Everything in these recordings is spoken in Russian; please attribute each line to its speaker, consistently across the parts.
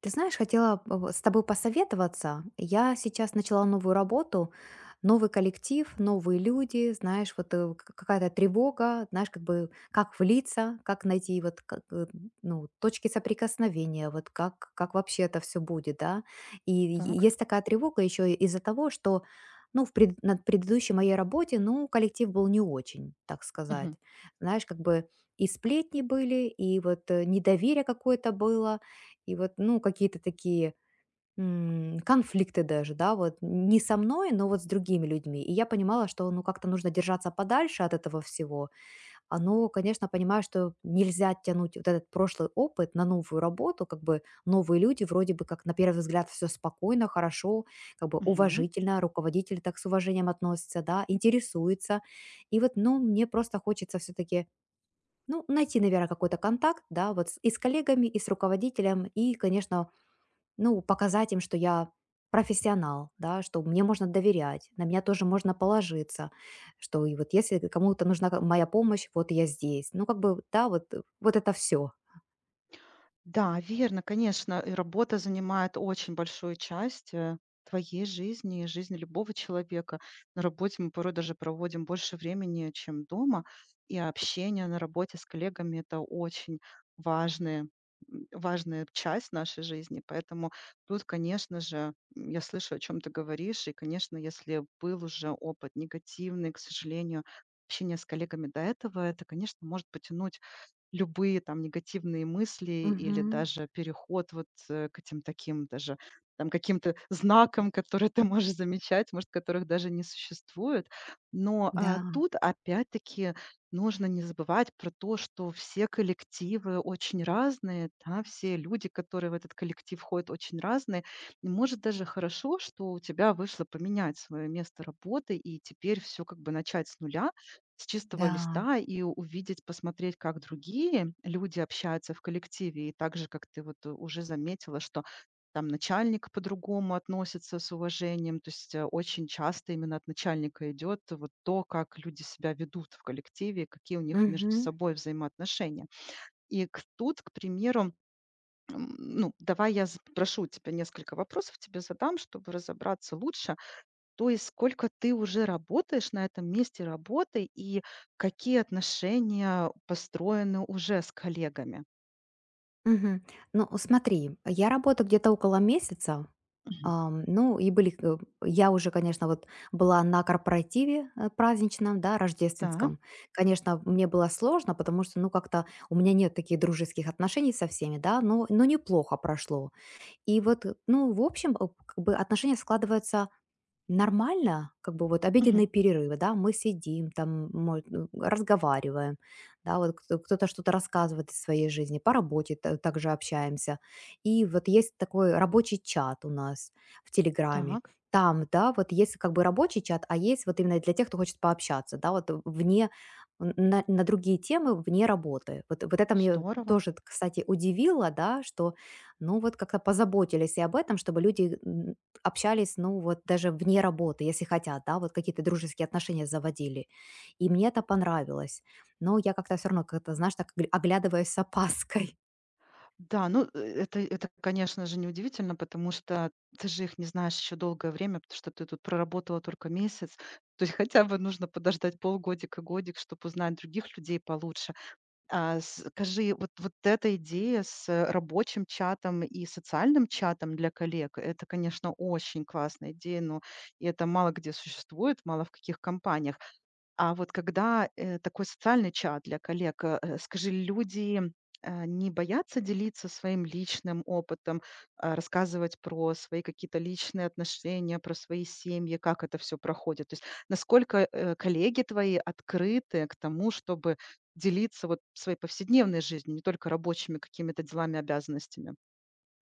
Speaker 1: Ты знаешь, хотела вот с тобой посоветоваться. Я сейчас начала новую работу, новый коллектив, новые люди, знаешь, вот какая-то тревога, знаешь, как бы как влиться, как найти вот как, ну, точки соприкосновения, вот как вообще это все будет, да. И
Speaker 2: Так.
Speaker 1: есть такая тревога еще из-за того, что ну, на предыдущей моей работе, ну, коллектив был не очень, так сказать.
Speaker 2: Мгм.
Speaker 1: Знаешь, как бы и сплетни были, и вот недоверие какое-то было, и вот, ну, какие-то такие, конфликты даже, да, вот не со мной, но вот с другими людьми. И я понимала, что, ну, как-то нужно держаться подальше от этого всего. А, ну, конечно, понимаю, что нельзя тянуть вот этот прошлый опыт на новую работу, как бы новые люди, вроде бы как на первый взгляд все спокойно, хорошо, как бы
Speaker 2: Мгм.
Speaker 1: уважительно, руководитель так с уважением относится, да, интересуется. И вот, ну, мне просто хочется все-таки ну, найти, наверное, какой-то контакт, да, вот и с коллегами, и с руководителем, и, конечно, ну, показать им, что я профессионал, да, что мне можно доверять, на меня тоже можно положиться, что и вот если кому-то нужна моя помощь, вот я здесь. Ну, как бы, да, вот, вот это все.
Speaker 2: Да, верно, конечно, и работа занимает очень большую часть твоей жизни и жизни любого человека. На работе мы порой даже проводим больше времени, чем дома, и общение на работе с коллегами- это очень важные важная часть нашей жизни. Поэтому тут, конечно же, я слышу, о чем ты говоришь. И, конечно, если был уже опыт негативный, к сожалению, общения с коллегами до этого, это, конечно, может потянуть любые там негативные мысли или
Speaker 1: Мгм.
Speaker 2: даже переход вот, к этим таким даже там каким-то знакам, которые ты можешь замечать, может, которых даже не существует. Но,
Speaker 1: Да,
Speaker 2: тут опять-таки нужно не забывать про то, что все коллективы очень разные, да, все люди, которые в этот коллектив входят, очень разные. И может даже хорошо, что у тебя вышло поменять свое место работы и теперь все как бы начать с нуля, с чистого
Speaker 1: да.
Speaker 2: листа и увидеть, посмотреть, как другие люди общаются в коллективе. И так же, как ты вот уже заметила, что там начальник по-другому относится с уважением. То есть очень часто именно от начальника идет вот то, как люди себя ведут в коллективе, какие у них между
Speaker 1: Мгм.
Speaker 2: собой взаимоотношения. Тут, к примеру, ну, давай я прошу тебя несколько вопросов тебе задам, чтобы разобраться лучше. То есть сколько ты уже работаешь на этом месте работы и какие отношения построены уже с коллегами?
Speaker 1: Мгм. Ну, смотри, я работаю где-то около месяца.
Speaker 2: Мгм.
Speaker 1: Ну, и были, я уже, конечно, вот была на корпоративе праздничном, да,
Speaker 2: Да.
Speaker 1: рождественском. Конечно, мне было сложно, потому что, ну, как-то у меня нет таких дружеских отношений со всеми, да, но неплохо прошло. И вот, ну, в общем, как бы отношения складываются нормально, как бы вот
Speaker 2: Мгм.
Speaker 1: обеденные перерывы, да, мы сидим там, ну, разговариваем, да, вот кто-то что-то рассказывает из своей жизни, по работе также общаемся. И вот есть такой рабочий чат у нас в Телеграме.
Speaker 2: Так.
Speaker 1: Там, да, вот есть как бы рабочий чат, а есть вот именно для тех, кто хочет пообщаться, да, вот вне, на другие темы вне работы. Вот это мне
Speaker 2: Здорово.
Speaker 1: тоже, кстати, удивило, да, что, ну, вот как-то позаботились и об этом, чтобы люди общались, ну, вот даже вне работы, если хотят, да, вот какие-то дружеские отношения заводили. И мне это понравилось. Но я как-то все равно, как-то, знаешь, так оглядываюсь с опаской.
Speaker 2: Да, ну, это, конечно же, неудивительно, потому что ты же их не знаешь еще долгое время, потому что ты тут проработала только месяц. То есть хотя бы нужно подождать полгодика, годик, чтобы узнать других людей получше. А, скажи, вот эта идея с рабочим чатом и социальным чатом для коллег- это, конечно, очень классная идея, но и это мало где существует, мало в каких компаниях. А вот когда, такой социальный чат для коллег, скажи, люди, не боятся делиться своим личным опытом, рассказывать про свои какие-то личные отношения, про свои семьи, как это все проходит? То есть насколько, коллеги твои открыты к тому, чтобы делиться вот своей повседневной жизнью, не только рабочими какими-то делами, обязанностями?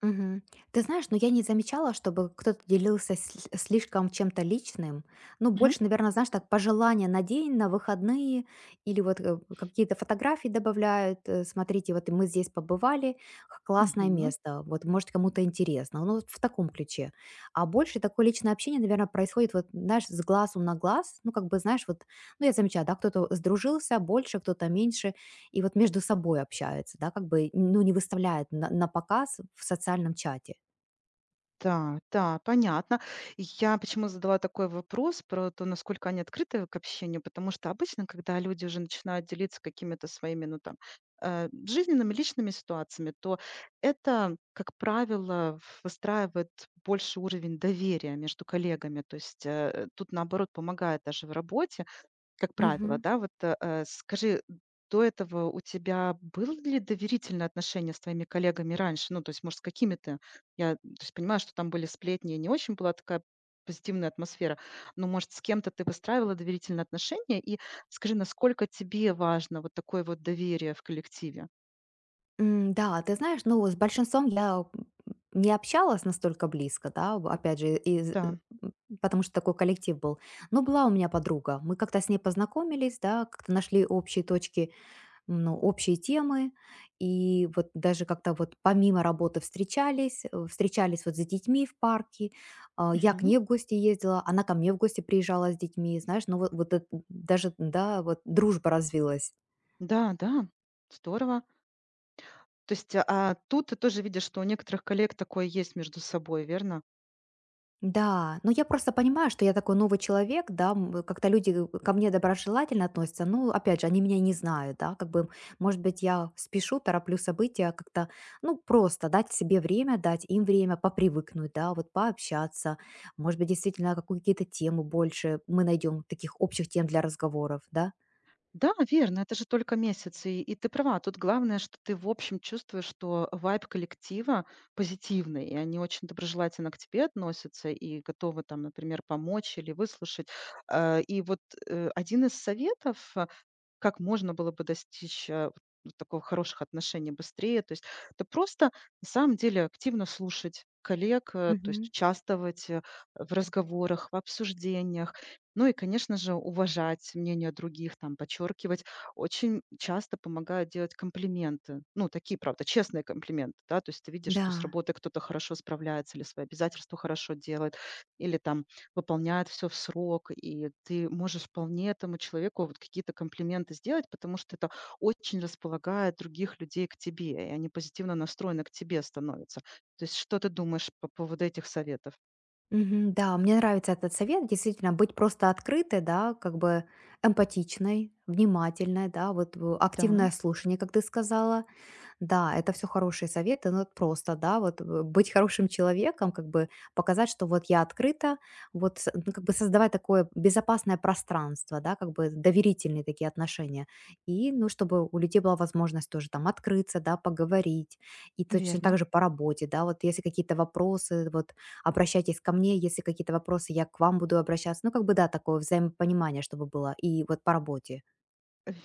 Speaker 1: Мгм. Ты знаешь, но я не замечала, чтобы кто-то делился слишком чем-то личным. Ну,
Speaker 2: Мгм.
Speaker 1: больше, наверное, знаешь, так пожелания на день, на выходные, или вот какие-то фотографии добавляют. Смотрите, вот мы здесь побывали, классное
Speaker 2: Мгм.
Speaker 1: место, вот может кому-то интересно. Ну, вот в таком ключе. А больше такое личное общение, наверное, происходит вот, знаешь, с глазу на глаз. Ну, как бы, знаешь, вот, ну, я замечаю, да, кто-то сдружился больше, кто-то меньше. И вот между собой общаются, да, как бы, ну, не выставляют на показ в социальном чате.
Speaker 2: Да, да, понятно. И я почему задала такой вопрос про то, насколько они открыты к общению, потому что обычно, когда люди уже начинают делиться какими-то своими, ну там, жизненными, личными ситуациями, то это, как правило, выстраивает больше уровень доверия между коллегами. То есть тут, наоборот, помогает даже в работе, как правило,
Speaker 1: Мгм.
Speaker 2: да, вот, скажи, до этого у тебя было ли доверительное отношение с твоими коллегами раньше? Ну, то есть, может, с какими-то, я, то есть, понимаю, что там были сплетни, и не очень была такая позитивная атмосфера, но, может, с кем-то ты выстраивала доверительные отношения? И скажи, насколько тебе важно вот такое вот доверие в коллективе?
Speaker 1: Да, ты знаешь, ну, с большинством я не общалась настолько близко, да, опять же,
Speaker 2: Да.
Speaker 1: м, потому что такой коллектив был. Но была у меня подруга, мы как-то с ней познакомились, да, как-то нашли общие темы, и вот даже как-то вот помимо работы встречались вот с детьми в парке, а, я к
Speaker 2: Мгм.
Speaker 1: ней в гости ездила, она ко мне в гости приезжала с детьми, знаешь, ну вот, вот это даже, да, вот дружба развилась.
Speaker 2: Да, да, здорово. То есть, а тут ты тоже видишь, что у некоторых коллег такое есть между собой, верно?
Speaker 1: Да, но я просто понимаю, что я такой новый человек, да, как-то люди ко мне доброжелательно относятся, ну, опять же, они меня не знают, да, как бы, может быть, я спешу, тороплю события, как-то, ну, просто дать себе время, дать им время попривыкнуть, да, вот пообщаться, может быть, действительно какие-то темы больше мы найдем, таких общих тем для разговоров, да?
Speaker 2: Да, верно, это же только месяц, и ты права. Тут главное, что ты в общем чувствуешь, что вайб коллектива позитивный, и они очень доброжелательно к тебе относятся и готовы там, например, помочь или выслушать. И вот один из советов, как можно было бы достичь, вот такого хороших отношений быстрее? То есть это просто, на самом деле, активно слушать коллег, то есть
Speaker 1: Мгм.
Speaker 2: участвовать, в разговорах, в обсуждениях. Ну и, конечно же, уважать мнение других, там, подчеркивать. Очень часто помогают делать комплименты. Ну, такие, правда, честные комплименты, да. То есть ты видишь, что с
Speaker 1: Да.
Speaker 2: работой кто-то хорошо справляется или свои обязательства хорошо делает, или там выполняет все в срок, и ты можешь вполне этому человеку вот какие-то комплименты сделать, потому что это очень располагает других людей к тебе, и они позитивно настроены к тебе становятся. То есть что ты думаешь по поводу этих советов?
Speaker 1: Мгм. Да, мне нравится этот совет, действительно, быть просто открытой, да, как бы эмпатичной, внимательной, да, вот
Speaker 2: Да,
Speaker 1: активное слушание, как ты сказала, да, это все хорошие советы, но вот просто, да, вот, быть хорошим человеком, как бы показать, что вот я открыта, вот как бы создавать такое безопасное пространство, да, как бы доверительные такие отношения. И, ну, чтобы у людей была возможность тоже там открыться, да, поговорить. И точно так
Speaker 2: верно.
Speaker 1: же по работе, да, вот если какие-то вопросы, вот обращайтесь ко мне, если какие-то вопросы, я к вам буду обращаться. Ну, как бы, да, такое взаимопонимание, чтобы было и вот по работе.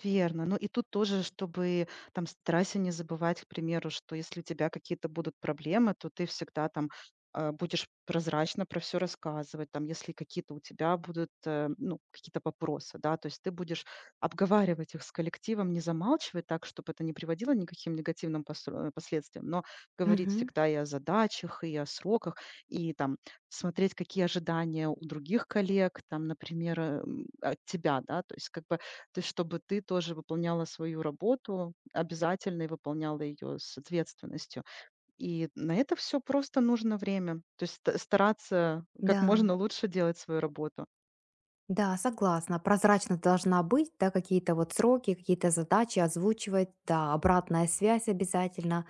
Speaker 2: Верно. Ну и тут тоже, чтобы там старайся не забывать, к примеру, что если у тебя какие-то будут проблемы, то ты всегда там будешь прозрачно про все рассказывать, там, если какие-то у тебя будут, ну, какие-то вопросы, да, то есть ты будешь обговаривать их с коллективом, не замалчивать так, чтобы это не приводило ни к каким негативным последствиям, но говорить
Speaker 1: Мгм.
Speaker 2: всегда и о задачах, и о сроках, и там смотреть, какие ожидания у других коллег, там, например, от тебя, да, то есть как бы то есть чтобы ты тоже выполняла свою работу обязательно и выполняла ее с ответственностью. И на это все просто нужно время. То есть ст стараться как
Speaker 1: Да.
Speaker 2: можно лучше делать свою работу.
Speaker 1: Да, согласна. Прозрачность должна быть, да, какие-то вот сроки, какие-то задачи озвучивать, да, обратная связь обязательно,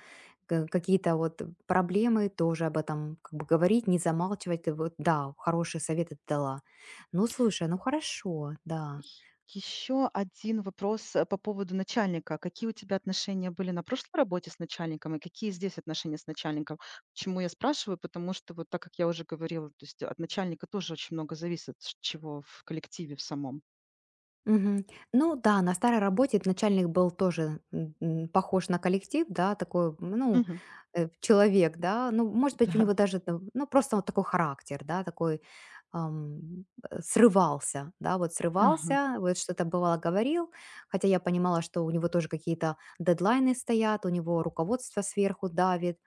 Speaker 1: какие-то вот проблемы тоже об этом как бы говорить, не замалчивать. И вот, да, хороший совет ты дала. Ну, слушай, ну хорошо, да.
Speaker 2: Еще один вопрос, по поводу начальника. Какие у тебя отношения были на прошлой работе с начальником и какие здесь отношения с начальником? Почему я спрашиваю? Потому что вот так, как я уже говорила, то есть от начальника тоже очень много зависит, ш чего в коллективе в самом.
Speaker 1: Мгм. Ну да, на старой работе начальник был тоже похож на коллектив, да, такой, ну,
Speaker 2: Мгм.
Speaker 1: человек, да, ну, может быть, у него
Speaker 2: Да.
Speaker 1: даже, там, ну, просто вот такой характер, да, такой ам, срывался, да, вот
Speaker 2: Ага.
Speaker 1: срывался, вот что-то бывало говорил, хотя я понимала, что у него тоже какие-то дедлайны стоят, у него руководство сверху давит,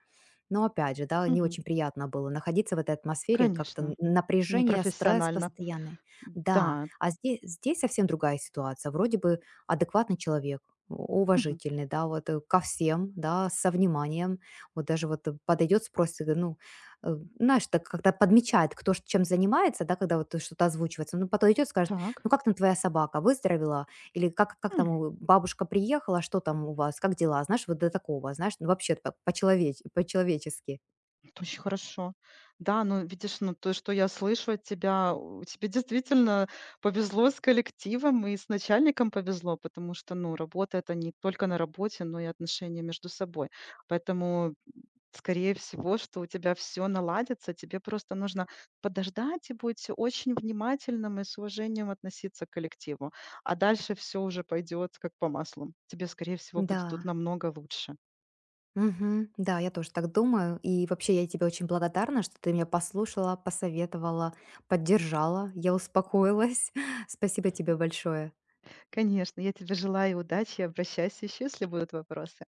Speaker 1: но опять же, да, не
Speaker 2: Мгм.
Speaker 1: очень приятно было находиться в этой атмосфере, как-то
Speaker 2: Конечно.
Speaker 1: напряжение, стресс
Speaker 2: Непрофессионально.
Speaker 1: постоянный. Да,
Speaker 2: Да.
Speaker 1: а здесь, здесь совсем другая ситуация. Вроде бы адекватный человек,
Speaker 2: Мгм.
Speaker 1: уважительный, да, вот ко всем, да, со вниманием. Вот даже вот подойдет, спросит, ну, знаешь, так когда подмечает, кто ж чем занимается, да, когда вот что-то озвучивается, ну, подойдет, скажет,
Speaker 2: Так.
Speaker 1: ну, как там твоя собака, выздоровела? Или как там у бабушка приехала, а что там у вас, как дела? Знаешь, вот до такого, знаешь, ну, вообще так по-человечески.
Speaker 2: Это очень хорошо. Да, ну, видишь, ну, то, что я слышу от тебя, у тебе действительно повезло с коллективом и с начальником повезло, потому что, ну, работа- это не только на работе, но и отношения между собой. Поэтому, скорее всего, что у тебя все наладится, тебе просто нужно подождать и быть очень внимательным и с уважением относиться к коллективу. А дальше все уже пойдет как по маслу. Тебе, скорее всего,
Speaker 1: Да,
Speaker 2: будет тут намного лучше.
Speaker 1: мгм, да, я тоже так думаю. И вообще я тебе очень благодарна, что ты меня послушала, посоветовала, поддержала. Я успокоилась. Спасибо тебе большое.
Speaker 2: Конечно, я тебе желаю удачи. Обращайся еще, если будут вопросы.